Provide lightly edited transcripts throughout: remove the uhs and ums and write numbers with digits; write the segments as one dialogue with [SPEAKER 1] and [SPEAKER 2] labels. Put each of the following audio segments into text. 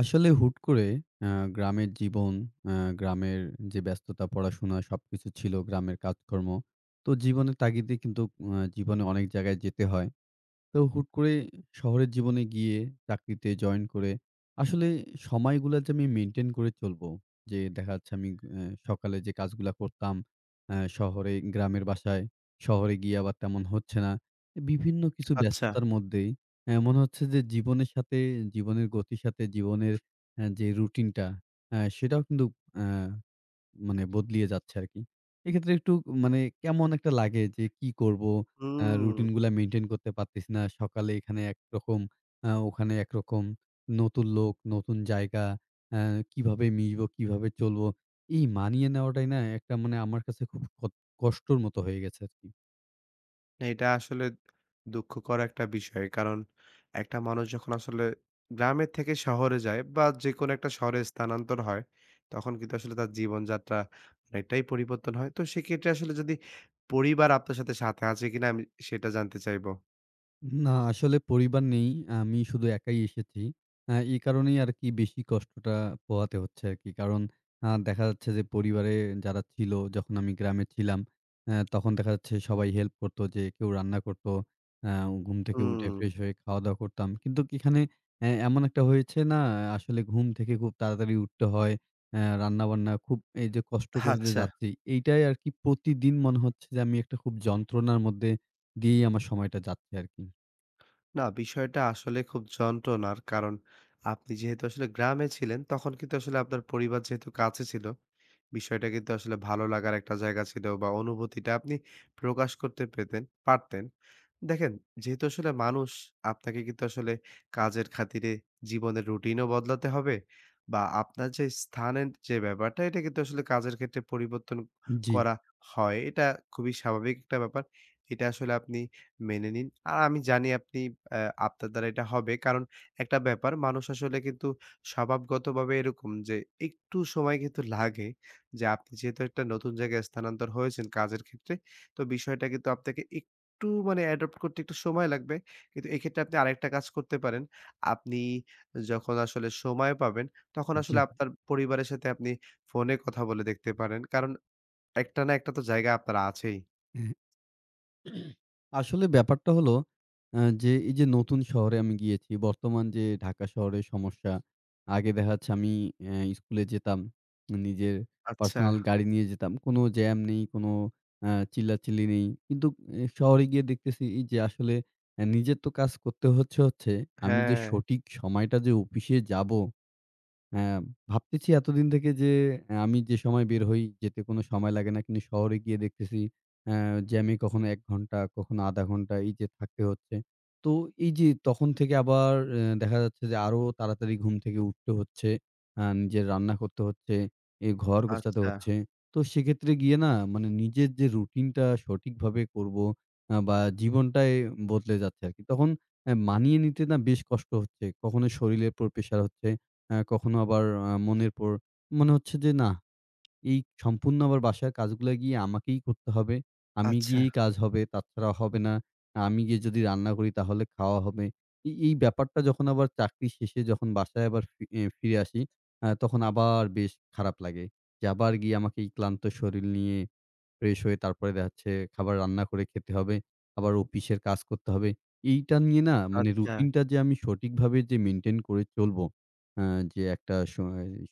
[SPEAKER 1] আসলে হুট করে আ গ্রামের জীবন, আ গ্রামের যে ব্যস্ততা, পড়াশোনা সবকিছু ছিল, গ্রামের কাজকর্ম। তো জীবনের তাগিদে কিন্তু জীবনে অনেক জায়গায় যেতে হয়। তো হুট করে শহরের জীবনে গিয়ে চাকরিতে জয়েন করে আসলে সময়গুলা যে আমি মেইনটেইন করে চলবো। যে দেখা যাচ্ছে আমি সকালে যে কাজগুলা করতাম শহরে গ্রামের বাসায়, শহরে গিয়ে আবার তেমন হচ্ছে না। বিভিন্ন কিছু
[SPEAKER 2] আচ্ছা।
[SPEAKER 1] ব্যস্ততার মধ্যেই মনে হচ্ছে যে জীবনের সাথে জীবনের গতির সাথে জীবনের যে রুটিনটা সেটাও কিন্তু অ্যা মানে বদলিয়ে যাচ্ছে আরকি। এক্ষেত্রে একটু মানে কেমন একটা লাগে যে কি করব?
[SPEAKER 2] হুম।
[SPEAKER 1] রুটিন গুলা মেইনটেইন করতে পারতেছি না। সকালে এখানে একরকম, ওখানে একরকম। নতুন লোক, নতুন জায়গা। আ কিভাবে মিশবো, কিভাবে চলবো? এই মানিয়ে নেওয়াটাই না একটা মানে আমার কাছে খুব কষ্টর মতো হয়ে গেছে আরকি।
[SPEAKER 2] এটা আসলে দুঃখকর একটা বিষয়। কারণ একটা মানুষ যখন আসলে গ্রামের থেকে শহরে যায় বা যেকোনো একটা শহরে স্থানান্তর হয়, তখন কিন্তু আসলে তার জীবনযাত্রা অনেকটাই পরিবর্তন হয়। তো সেক্ষেত্রে আসলে যদি পরিবার আপনার সাথে, সাথে আছে কিনা আমি সেটা জানতে চাইবো?
[SPEAKER 1] না, আসলে পরিবার নেই। আমি শুধু একাই এসেছি। এই কারণেই আরকি বেশি কষ্টটা পোহাতে হচ্ছে আরকি। কারণ দেখা যাচ্ছে যে পরিবারে যারা ছিল যখন আমি গ্রামে ছিলাম, তখন দেখা যাচ্ছে সবাই হেল্প করতো যে কেউ রান্না করত। আ ঘুম থেকে উঠে
[SPEAKER 2] হুম।
[SPEAKER 1] ফ্রেশ হয়ে খাওয়া-দাওয়া করতাম। কিন্তু এখানে এমন একটা হয়েছে না আসলে ঘুম থেকে খুব তাড়াতাড়ি উঠতে হয়। রান্না-বান্না খুব এই যে কষ্ট করে যে
[SPEAKER 2] আচ্ছা।
[SPEAKER 1] যাচ্ছি, এইটাই আরকি প্রতিদিন মনে হচ্ছে যে আমি একটা খুব যন্ত্রণার মধ্যে দিয়েই আমার সময়টা যাচ্ছে আরকি।
[SPEAKER 2] না বিষয়টা আসলে খুব যন্ত্রণার। কারণ আপনি যেহেতু আসলে গ্রামে ছিলেন তখন কিন্তু আসলে আপনার পরিবার যেহেতু কাছে ছিল বিষয়টা কিন্তু আসলে ভালো লাগার একটা জায়গা ছিল বা অনুভূতিটা আপনি প্রকাশ করতে পেতেন পারতেন। দেখেন, যেহেতু আসলে মানুষ আপনাকে কিন্তু আসলে কাজের খাতিরে জীবনের রুটিনও বদলাতে হবে বা আপনার যে স্থানের যে ব্যাপারটা এটা কিন্তু আসলে কাজের ক্ষেত্রে পরিবর্তন
[SPEAKER 1] জি,
[SPEAKER 2] করা হয়। এটা খুবই স্বাভাবিক একটা ব্যাপার। এটা আসলে আপনি মেনে নিন। আর আমি জানি আপনি অ্যা আপনার দ্বারা এটা হবে। কারণ একটা ব্যাপার মানুষ আসলে কিন্তু স্বভাবগতভাবে এরকম যে একটু সময় কিন্তু লাগে যে আপনি যেহেতু একটা নতুন জায়গায় স্থানান্তর হয়েছেন কাজের ক্ষেত্রে, তো বিষয়টা কিন্তু আপনাকে একটু মানে অ্যাডপ্ট করতে একটু সময় লাগবে। কিন্তু এক্ষেত্রে আপনি আরেকটা কাজ করতে পারেন। আপনি যখন আসলে সময় পাবেন, তখন
[SPEAKER 1] জি।
[SPEAKER 2] আসলে আপনার পরিবারের সাথে আপনি ফোনে কথা বলে দেখতে পারেন। কারণ একটা না একটা তো জায়গা আপনার আছেই।
[SPEAKER 1] হ্যাঁ। আসলে ব্যাপারটা হলো যে এই যে নতুন শহরে আমি গিয়েছি। বর্তমান যে ঢাকা শহরের সমস্যা। আগে দেখা যাচ্ছে আমি স্কুলে যেতাম। নিজের
[SPEAKER 2] আচ্ছা,
[SPEAKER 1] পার্সোনাল গাড়ি নিয়ে যেতাম। কোনো জ্যাম নেই, কোনো চিল্লাচিল্লি নেই। কিন্তু এ শহরে গিয়ে দেখতেছি এই যে আসলে নিজের তো কাজ করতে হচ্ছে, হচ্ছে। আমি যে
[SPEAKER 2] হ্যাঁ,
[SPEAKER 1] সঠিক সময়টা যে অফিসে যাব, হ্যাঁ, ভাবতেছি এতদিন থেকে যে আমি যে সময় বের হই, যেতে কোনো সময় লাগে না। কিন্তু শহরে গিয়ে দেখতেছি অ্যা যে আমি কখনো ১ ঘন্টা, কখনো ০.৫ ঘন্টা এই যে থাকতে হচ্ছে। তো এই যে তখন থেকে আবার দেখা যাচ্ছে যে আরো তাড়াতাড়ি ঘুম থেকে উঠতে হচ্ছে। নিজের রান্না করতে হচ্ছে, ঘর জি। গোছাতে
[SPEAKER 2] আচ্ছা,
[SPEAKER 1] হচ্ছে। তো সেক্ষেত্রে গিয়ে না মানে নিজের যে রুটিনটা সঠিকভাবে করব বা জীবনটাই বদলে যাচ্ছে আরকি। তখন মানিয়ে নিতে না বেশ কষ্ট হচ্ছে। কখনো শরীরের উপর প্রেশার হচ্ছে। কখনো আবার আ মনের পর মনে হচ্ছে যে না, এই সম্পূর্ণ আবার বাসার কাজগুলা গিয়ে আমাকেই করতে হবে। আমি
[SPEAKER 2] আচ্ছা,
[SPEAKER 1] গিয়েই কাজ হবে, তাছাড়া হবে না। আমি গিয়ে যদি রান্না করি তাহলে খাওয়া হবে। এই এই ব্যাপারটা যখন আবার চাকরি শেষে যখন বাসায় আবার ফি এ ফিরে আসি, তখন আবার বেশ খারাপ লাগে। যে আবার গিয়ে আমাকে এই ক্লান্ত শরীর নিয়ে ফ্রেশ হয়ে তারপরে দেখা যাচ্ছে খাবার রান্না করে খেতে হবে। আবার অফিসের কাজ করতে হবে। এইটা নিয়ে না মানে
[SPEAKER 2] আচ্ছা।
[SPEAKER 1] রুটিনটা যে আমি সঠিকভাবে যে মেইনটেইন করে চলবো, আ যে একটা স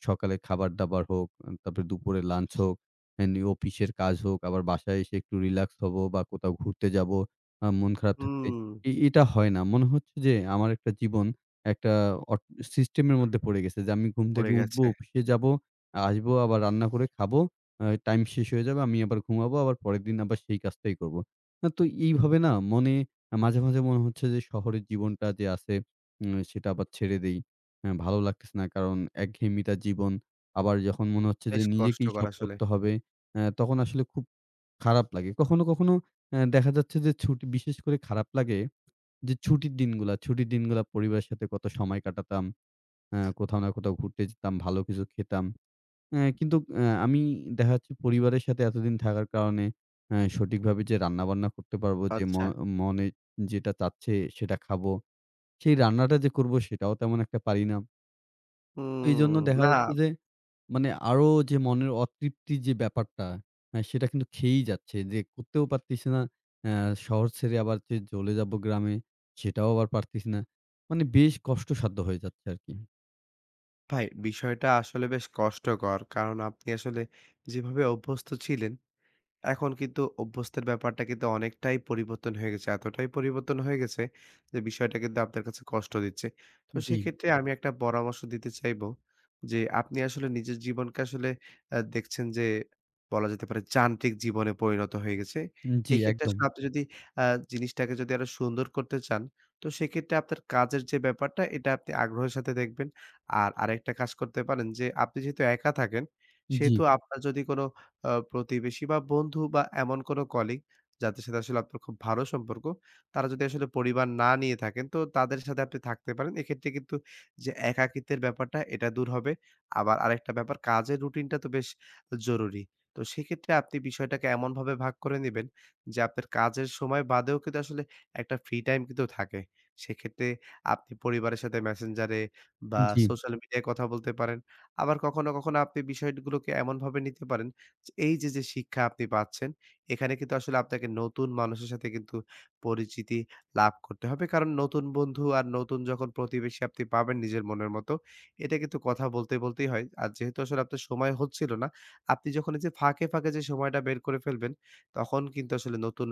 [SPEAKER 1] সকালে খাবার-দাবার হোক, তারপরে দুপুরে লাঞ্চ হোক, এন্ড অফিসের কাজ হোক, আবার বাসায় এসে একটু রিল্যাক্স হবো বা কোথাও ঘুরতে যাবো, মন খারাপ থাকতে।
[SPEAKER 2] হুম।
[SPEAKER 1] এটা হয় না। মনে হচ্ছে যে আমার একটা জীবন একটা অট সিস্টেমের মধ্যে পড়ে গেছে যে আমি ঘুম
[SPEAKER 2] পড়ে
[SPEAKER 1] থেকে উঠবো,
[SPEAKER 2] গেছে।
[SPEAKER 1] অফিসে যাবো, আসবো আবার রান্না করে খাবো। টাইম শেষ হয়ে যাবে। আমি আবার ঘুমাবো। আবার পরের দিন আবার সেই কাজটাই করব। তো এইভাবে না মনে মাঝে, মাঝে মনে হচ্ছে যে শহরের জীবনটা যে আছে সেটা আবার ছেড়ে দেই। হ্যাঁ, ভালো লাগতেছে না। কারণ একঘেয়েমিতা জীবন। আবার যখন মনে হচ্ছে যে
[SPEAKER 2] বেশ
[SPEAKER 1] নিজেকেই
[SPEAKER 2] কষ্টকর
[SPEAKER 1] সব
[SPEAKER 2] আসলে।
[SPEAKER 1] করতে হবে, তখন আসলে খুব খারাপ লাগে। কখনো, কখনো দেখা যাচ্ছে যে ছুটি বিশেষ করে খারাপ লাগে যে ছুটির দিনগুলা, ছুটির দিনগুলা পরিবারের সাথে কত সময় কাটাতাম। কোথাও না কোথাও ঘুরতে যেতাম, ভালো কিছু খেতাম। হ্যাঁ, কিন্তু আমি দেখা যাচ্ছে পরিবারের সাথে এতদিন থাকার কারণে সঠিকভাবে যে রান্নাবান্না করতে পারবো, যে
[SPEAKER 2] আচ্ছা।
[SPEAKER 1] মনে যেটা চাচ্ছে সেটা খাবো। সেই রান্নাটা যে করবো সেটাও তেমন একটা পারি না। তো এইজন্য
[SPEAKER 2] হুম,
[SPEAKER 1] দেখা
[SPEAKER 2] না
[SPEAKER 1] যাচ্ছে যে মানে আরো যে মনের অতৃপ্তির যে ব্যাপারটা, হ্যাঁ, সেটা কিন্তু খেয়েই যাচ্ছে। যে করতেও পারতেছি না। আ শহর ছেড়ে আবার যে চলে যাবো গ্রামে সেটাও আবার পারতেছি না। মানে বেশ কষ্টসাধ্য হয়ে যাচ্ছে আরকি।
[SPEAKER 2] ভাই বিষয়টা আসলে বেশ কষ্টকর। কারণ আপনি আসলে যেভাবে অভ্যস্ত ছিলেন এখন কিন্তু অভ্যস্তের ব্যাপারটা কিন্তু অনেকটাই পরিবর্তন হয়ে গেছে। এতটাই পরিবর্তন হয়ে গেছে যে বিষয়টা কিন্তু আপনার কাছে কষ্ট দিচ্ছে। তো
[SPEAKER 1] জি,
[SPEAKER 2] সেক্ষেত্রে আমি একটা পরামর্শ দিতে চাইবো যে আপনি আসলে নিজের জীবনকে আসলে দেখছেন যে বলা যেতে পারে যান্ত্রিক জীবনে পরিণত হয়ে গেছে।
[SPEAKER 1] জি
[SPEAKER 2] এক্ষেত্রে
[SPEAKER 1] একদম।
[SPEAKER 2] আসলে আপনি যদি আ জিনিসটাকে যদি আরো সুন্দর করতে চান, তো সেক্ষেত্রে আপনার কাজের যে ব্যাপারটা এটা আপনি আগ্রহের সাথে দেখবেন। আর আরেকটা কাজ করতে পারেন যে আপনি যেহেতু একা থাকেন,
[SPEAKER 1] জি,
[SPEAKER 2] সেহেতু আপনার যদি কোন প্রতিবেশী বা বন্ধু বা এমন কোনো কলিগ যাদের সাথে আসলে আপনার খুব ভালো সম্পর্ক, তারা যদি আসলে পরিবার না নিয়ে থাকেন, তো তাদের সাথে আপনি থাকতে পারেন। এক্ষেত্রে কিন্তু যে একাকিত্বের ব্যাপারটা এটা দূর হবে। আবার আরেকটা ব্যাপার কাজের রুটিনটা তো বেশ জরুরি। তো সেক্ষেত্রে আপনি বিষয়টাকে এমনভাবে ভাগ করে নিবেন যে আপনার কাজের সময় বাদেও কিন্তু আসলে একটা ফ্রি টাইম কিন্তু থাকে। সেক্ষেত্রে আপনি পরিবারের সাথে Messenger এ বা
[SPEAKER 1] জি,
[SPEAKER 2] সোশ্যাল মিডিয়ায় কথা বলতে পারেন। আবার কখনো, কখনো আপনি বিষয়গুলোকে এমনভাবে নিতে পারেন এই যে, যে শিক্ষা আপনি পাচ্ছেন, এখানে কিন্তু আসলে আপনাকে নতুন মানুষের সাথে কিন্তু পরিচিতি লাভ করতে হবে। কারণ নতুন বন্ধু আর নতুন যখন প্রতিবেশী আপনি পাবেন নিজের মনের মতো, এটা কিন্তু কথা বলতে, বলতেই হয়। আর যেহেতু আসলে আপনার সময় হচ্ছিল না, আপনি যখন এই যে ফাঁকে, ফাঁকে যে সময়টা বের করে ফেলবেন, তখন কিন্তু আসলে নতুন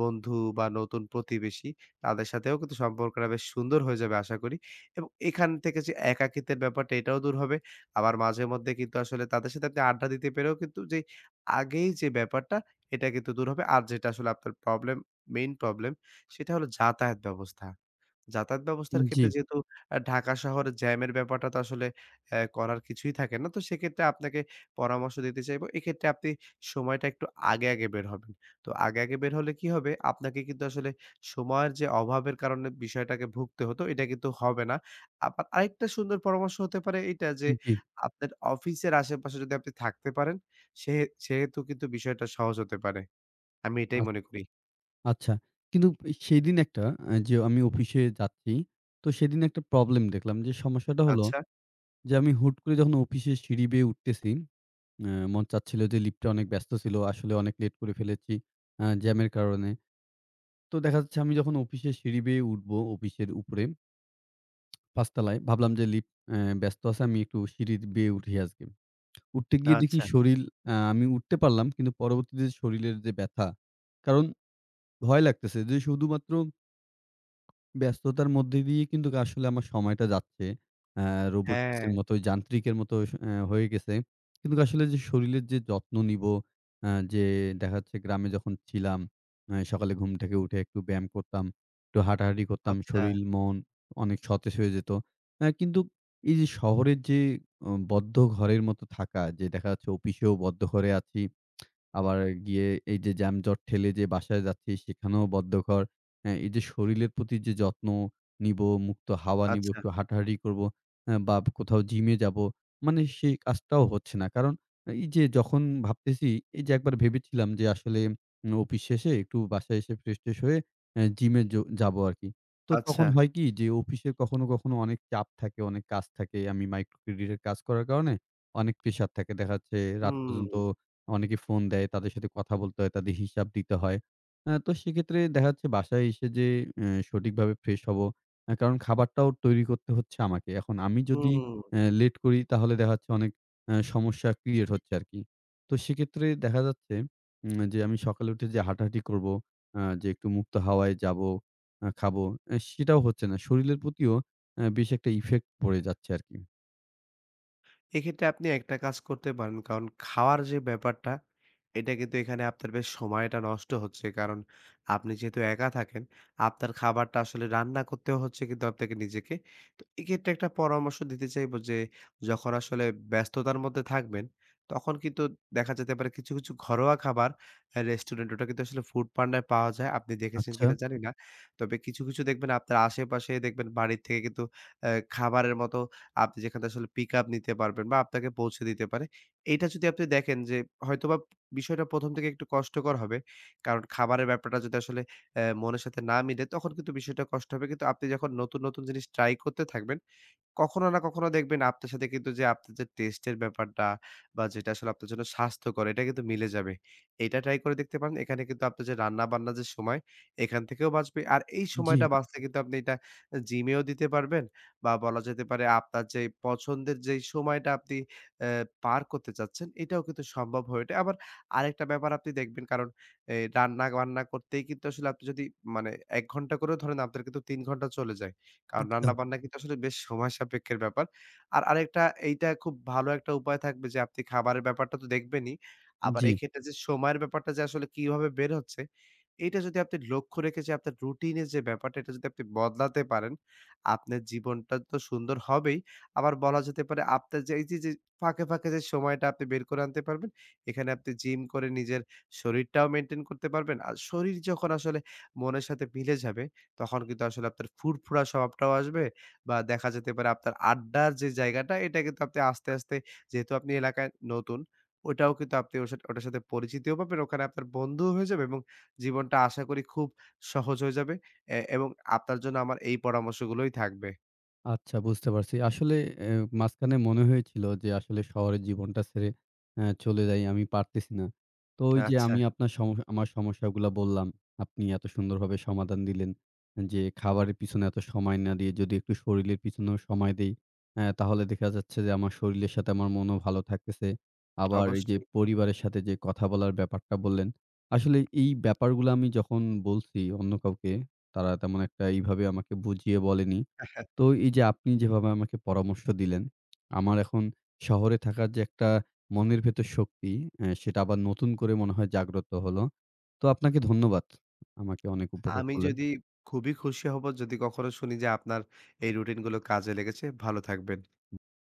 [SPEAKER 2] বন্ধু বা নতুন প্রতিবেশী, তাদের সাথেও কিন্তু সম্পর্কটা বেশ সুন্দর হয়ে যাবে আশা করি। এবং এখান থেকে যে একাকিত্বের ব্যাপারটা, এটাও দূর হবে। আবার মাঝে মধ্যে কিন্তু আসলে তাদের সাথে আপনি আড্ডা দিতে পেরেও কিন্তু যে আগেই যে ব্যাপারটা, এটা কিন্তু দূর হবে। আর যেটা আসলে আপনার প্রবলেম, মেইন প্রবলেম সেটা হলো যাতায়াত ব্যবস্থা। যাতায়াত ব্যবস্থার
[SPEAKER 1] জি,
[SPEAKER 2] ক্ষেত্রে যেহেতু ঢাকা শহরে জ্যামের ব্যাপারটা তো আসলে করার কিছুই থাকে না। তো সেক্ষেত্রে আপনাকে পরামর্শ দিতে চাইবো। এক্ষেত্রে আপনি সময়টা একটু আগে, আগে বের হবেন। তো আগে, আগে বের হলে কি হবে? আপনাকে কিন্তু আসলে সময়ের যে অভাবের কারণে বিষয়টাকে ভুগতে হতো, এটা কিন্তু হবে না। আবার আরেকটা সুন্দর পরামর্শ হতে পারে এইটা যে,
[SPEAKER 1] জি।
[SPEAKER 2] আপনার অফিসের আশেপাশে যদি আপনি থাকতে পারেন, সে সেহেতু কিন্তু বিষয়টা সহজ হতে পারে। আমি এটাই
[SPEAKER 1] আ
[SPEAKER 2] মনে করি।
[SPEAKER 1] আচ্ছা। কিন্তু সেদিন একটা যে আমি অফিসে যাচ্ছি। তো সেদিন একটা প্রবলেম দেখলাম যে সমস্যাটা হলো
[SPEAKER 2] আচ্ছা,
[SPEAKER 1] যে আমি হুট করে যখন অফিসের সিঁড়ি বেয়ে উঠতেছি, মন চাচ্ছিল যে লিফটটা অনেক ব্যস্ত ছিল। আসলে অনেক লেট করে ফেলেছি জ্যামের কারণে। তো দেখা যাচ্ছে আমি যখন অফিসের সিঁড়ি বেয়ে উঠবো অফিসের উপরে ৫ তলায় ভাবলাম যে লিফট ব্যস্ত আছে আমি একটু সিঁড়ি বেয়ে উঠি আজকে। উঠতে গিয়ে দেখি
[SPEAKER 2] আচ্ছা।
[SPEAKER 1] শরীর আমি উঠতে পারলাম কিন্তু পরবর্তীতে শরীরের যে ব্যথা, কারণ ভয় লাগতেছে যে শুধুমাত্র ব্যস্ততার মধ্যে দিয়ে কিন্তু আসলে আমার সময়টা যাচ্ছে। জি।
[SPEAKER 2] হ্যাঁ,
[SPEAKER 1] রোবটিক্সের মতো যান্ত্রিকের মতো স অ্যা হয়ে গেছে। কিন্তু আসলে যে শরীরের যে যত্ন নিবো, যে দেখা যাচ্ছে গ্রামে যখন ছিলাম, সকালে ঘুম থেকে উঠে একটু ব্যায়াম করতাম, একটু হাঁটাহাঁটি করতাম,
[SPEAKER 2] আচ্ছা,
[SPEAKER 1] শরীর মন অনেক সতেজ হয়ে যেত। কিন্তু এই যে শহরের যে বদ্ধ ঘরের মতো থাকা, যে দেখা যাচ্ছে অফিসেও বদ্ধ ঘরে আছি আবার গিয়ে এই যে যানজট ঠেলে যে বাসায় যাচ্ছি সেখানেও বদ্ধকর। হ্যাঁ, এই যে শরীরের প্রতি যে যত্ন নিবো, মুক্ত হাওয়া নিবো,
[SPEAKER 2] আচ্ছা।
[SPEAKER 1] একটু হাঁটাহাঁটি করবো, হ্যাঁ, বা কোথাও জিমে যাবো। মানে সেই কাজটাও হচ্ছে না। কারণ এই যে যখন ভাবতেছি, এই যে একবার ভেবেছিলাম যে আসলে অফিস শেষে একটু বাসায় এসে ফ্রেশ-ট্রেশ হয়ে জিমে যাবো আরকি। তো
[SPEAKER 2] আচ্ছা।
[SPEAKER 1] তখন হয় কি যে অফিসে কখনো, কখনো অনেক চাপ থাকে, অনেক কাজ থাকে। আমি মাইক্রো ক্রেডিটের কাজ করার কারণে অনেক প্রেশার থাকে। দেখা যাচ্ছে রাত
[SPEAKER 2] হুম,
[SPEAKER 1] পর্যন্ত অনেকে ফোন দেয়, তাদের সাথে কথা বলতে হয়, তাদের হিসাব দিতে হয়। তো সেক্ষেত্রে দেখা যাচ্ছে বাসায় এসে যে সঠিকভাবে ফ্রেশ হবো, কারণ খাবারটাও তৈরি করতে হচ্ছে আমাকে। এখন আমি যদি
[SPEAKER 2] হুম।
[SPEAKER 1] লেট করি তাহলে দেখা যাচ্ছে অনেক সমস্যা ক্রিয়েট হচ্ছে আরকি। তো সেক্ষেত্রে দেখা যাচ্ছে যে আমি সকালে উঠে যে হাঁটাহাঁটি করবো, যে একটু মুক্ত হাওয়ায় যাবো, খাবো, সেটাও হচ্ছে না। শরীরের প্রতিও বেশ একটা ইফেক্ট পড়ে যাচ্ছে আরকি।
[SPEAKER 2] এক্ষেত্রে আপনি একটা কাজ করতে পারেন। কারণ খাওয়ার যে ব্যাপারটা, এটা কিন্তু এখানে আপনার বেশ সময়টা নষ্ট হচ্ছে। কারণ আপনি যেহেতু একা থাকেন, আপনার খাবারটা আসলে রান্না করতেও হচ্ছে কিন্তু আপনাকে নিজেকে। তো এক্ষেত্রে একটা পরামর্শ দিতে চাইবো যে, যখন আসলে ব্যস্ততার মধ্যে থাকবেন, তখন কিন্তু দেখা যেতে পারে কিছু, কিছু ঘরোয়া খাবার রেস্টুরেন্ট ওটা কিন্তু আসলে ফুড পান্ডায় পাওয়া যায়। আপনি দেখেছেন
[SPEAKER 1] আচ্ছা,
[SPEAKER 2] কিনা জানি না। তবে কিছু, কিছু দেখবেন আপনার আশেপাশে দেখবেন বাড়ির থেকে কিন্তু অ্যা খাবারের মতো আপনি যেখানে আসলে পিকআপ নিতে পারবেন বা আপনাকে পৌঁছে দিতে পারে। এইটা যদি আপনি দেখেন যে হয়তোবা বিষয়টা ১ম থেকে একটু কষ্টকর হবে। কারণ খাবারের ব্যাপারটা যদি আসলে মনের সাথে না মিলে তখন কিন্তু বিষয়টা কষ্ট হবে। কিন্তু আপনি যখন নতুন, নতুন জিনিস ট্রাই করতে থাকবেন কখনো না কখনো দেখবেন আপনার সাথে কিন্তু যে আপনার যে টেস্টের ব্যাপারটা বা যেটা আসলে আপনার জন্য স্বাস্থ্যকর এটা কিন্তু মিলে যাবে। এটা ট্রাই করে দেখতে পারেন। এখানে কিন্তু আপনার যে রান্না-বান্না যে সময় এখান থেকেও বাঁচবে। আর এই
[SPEAKER 1] জি,
[SPEAKER 2] সময়টা হুম। বাঁচতে কিন্তু আপনি এটা জিমেও দিতে পারবেন বা বলা যেতে পারে আপনার যে পছন্দের যেই সময়টা আপনি অ্যা পার করতে চাচ্ছেন এটাও কিন্তু সম্ভব হয়ে ওঠে। আবার আরেকটা ব্যাপার আপনি দেখবেন কারণ এই রান্না-বান্না করতেই কিন্তু আসলে আপনি যদি মানে ১ ঘন্টা করেও ধরেন আপনার কিন্তু ৩ ঘন্টা চলে যায়। কারণ
[SPEAKER 1] আচ্ছা,
[SPEAKER 2] রান্নাবান্না কিন্তু আসলে বেশ সময় সাপেক্ষের ব্যাপার। আর আরেকটা এইটা খুব ভালো একটা উপায় থাকবে যে আপনি খাবারের ব্যাপারটা তো দেখবেনই। আবার
[SPEAKER 1] জি।
[SPEAKER 2] এক্ষেত্রে যে সময়ের ব্যাপারটা যে আসলে কিভাবে বের হচ্ছে, এইটা যদি আপনি লক্ষ্য রেখে যে আপনার রুটিনের যে ব্যাপারটা এটা যদি আপনি বদলাতে পারেন, আপনার জীবনটা তো সুন্দর হবেই। আবার বলা যেতে পারে আপনার যে এই যে, যে ফাঁকে, ফাঁকে যে সময়টা আপনি বের করে আনতে পারবেন, এখানে আপনি জিম করে নিজের শরীরটাও মেইনটেইন করতে পারবেন। আর শরীর যখন আসলে মনের সাথে মিলে যাবে তখন কিন্তু আসলে আপনার ফুরফুরা স্বভাবটাও আসবে বা দেখা যেতে পারে আপনার আড্ডার যে জায়গাটা এটা কিন্তু আপনি আস্তে, আস্তে যেহেতু আপনি এলাকায় নতুন, ওটাও কিন্তু আপনি ওর সাথে ওটার সাথে পরিচিতিও পাবেন। ওখানে আপনার বন্ধুও হয়ে যাবে এবং জীবনটা আশা করি খুব সহজ হয়ে যাবে। এবং আপনার জন্য আমার এই পরামর্শগুলোই থাকবে।
[SPEAKER 1] আচ্ছা বুঝতে পারছি। আসলে অ্যা মাঝখানে মনে হয়েছিল যে আসলে শহরের জীবনটা ছেড়ে চলে যাই, আমি পারতেছি না। তো ওই যে
[SPEAKER 2] আচ্ছা,
[SPEAKER 1] আমি আপনার সম আমার সমস্যাগুলা বললাম, আপনি এত সুন্দরভাবে সমাধান দিলেন যে খাবারের পিছনে এত সময় না দিয়ে যদি একটু শরীরের পিছনেও সময় দেই, তাহলে দেখা যাচ্ছে যে আমার শরীরের সাথে আমার মনও ভালো থাকতেছে। আবার এই যে
[SPEAKER 2] অবশ্যই।
[SPEAKER 1] পরিবারের সাথে যে কথা বলার ব্যাপারটা বললেন, আসলে এই ব্যাপারগুলা আমি যখন বলছি অন্য কাউকে, তারা তেমন একটা এইভাবে আমাকে বুঝিয়ে বলেনি। তো এই যে আপনি যেভাবে আমাকে পরামর্শ দিলেন, আমার এখন শহরে থাকার যে একটা মনের ভেতর শক্তি, সেটা আবার নতুন করে মনে হয় জাগ্রত হলো। তো আপনাকে ধন্যবাদ। আমাকে অনেক উপকার
[SPEAKER 2] আমি
[SPEAKER 1] করলেন।
[SPEAKER 2] যদি খুবই খুশি হব যদি কখনো শুনি যে আপনার এই রুটিনগুলো কাজে লেগেছে। ভালো থাকবেন।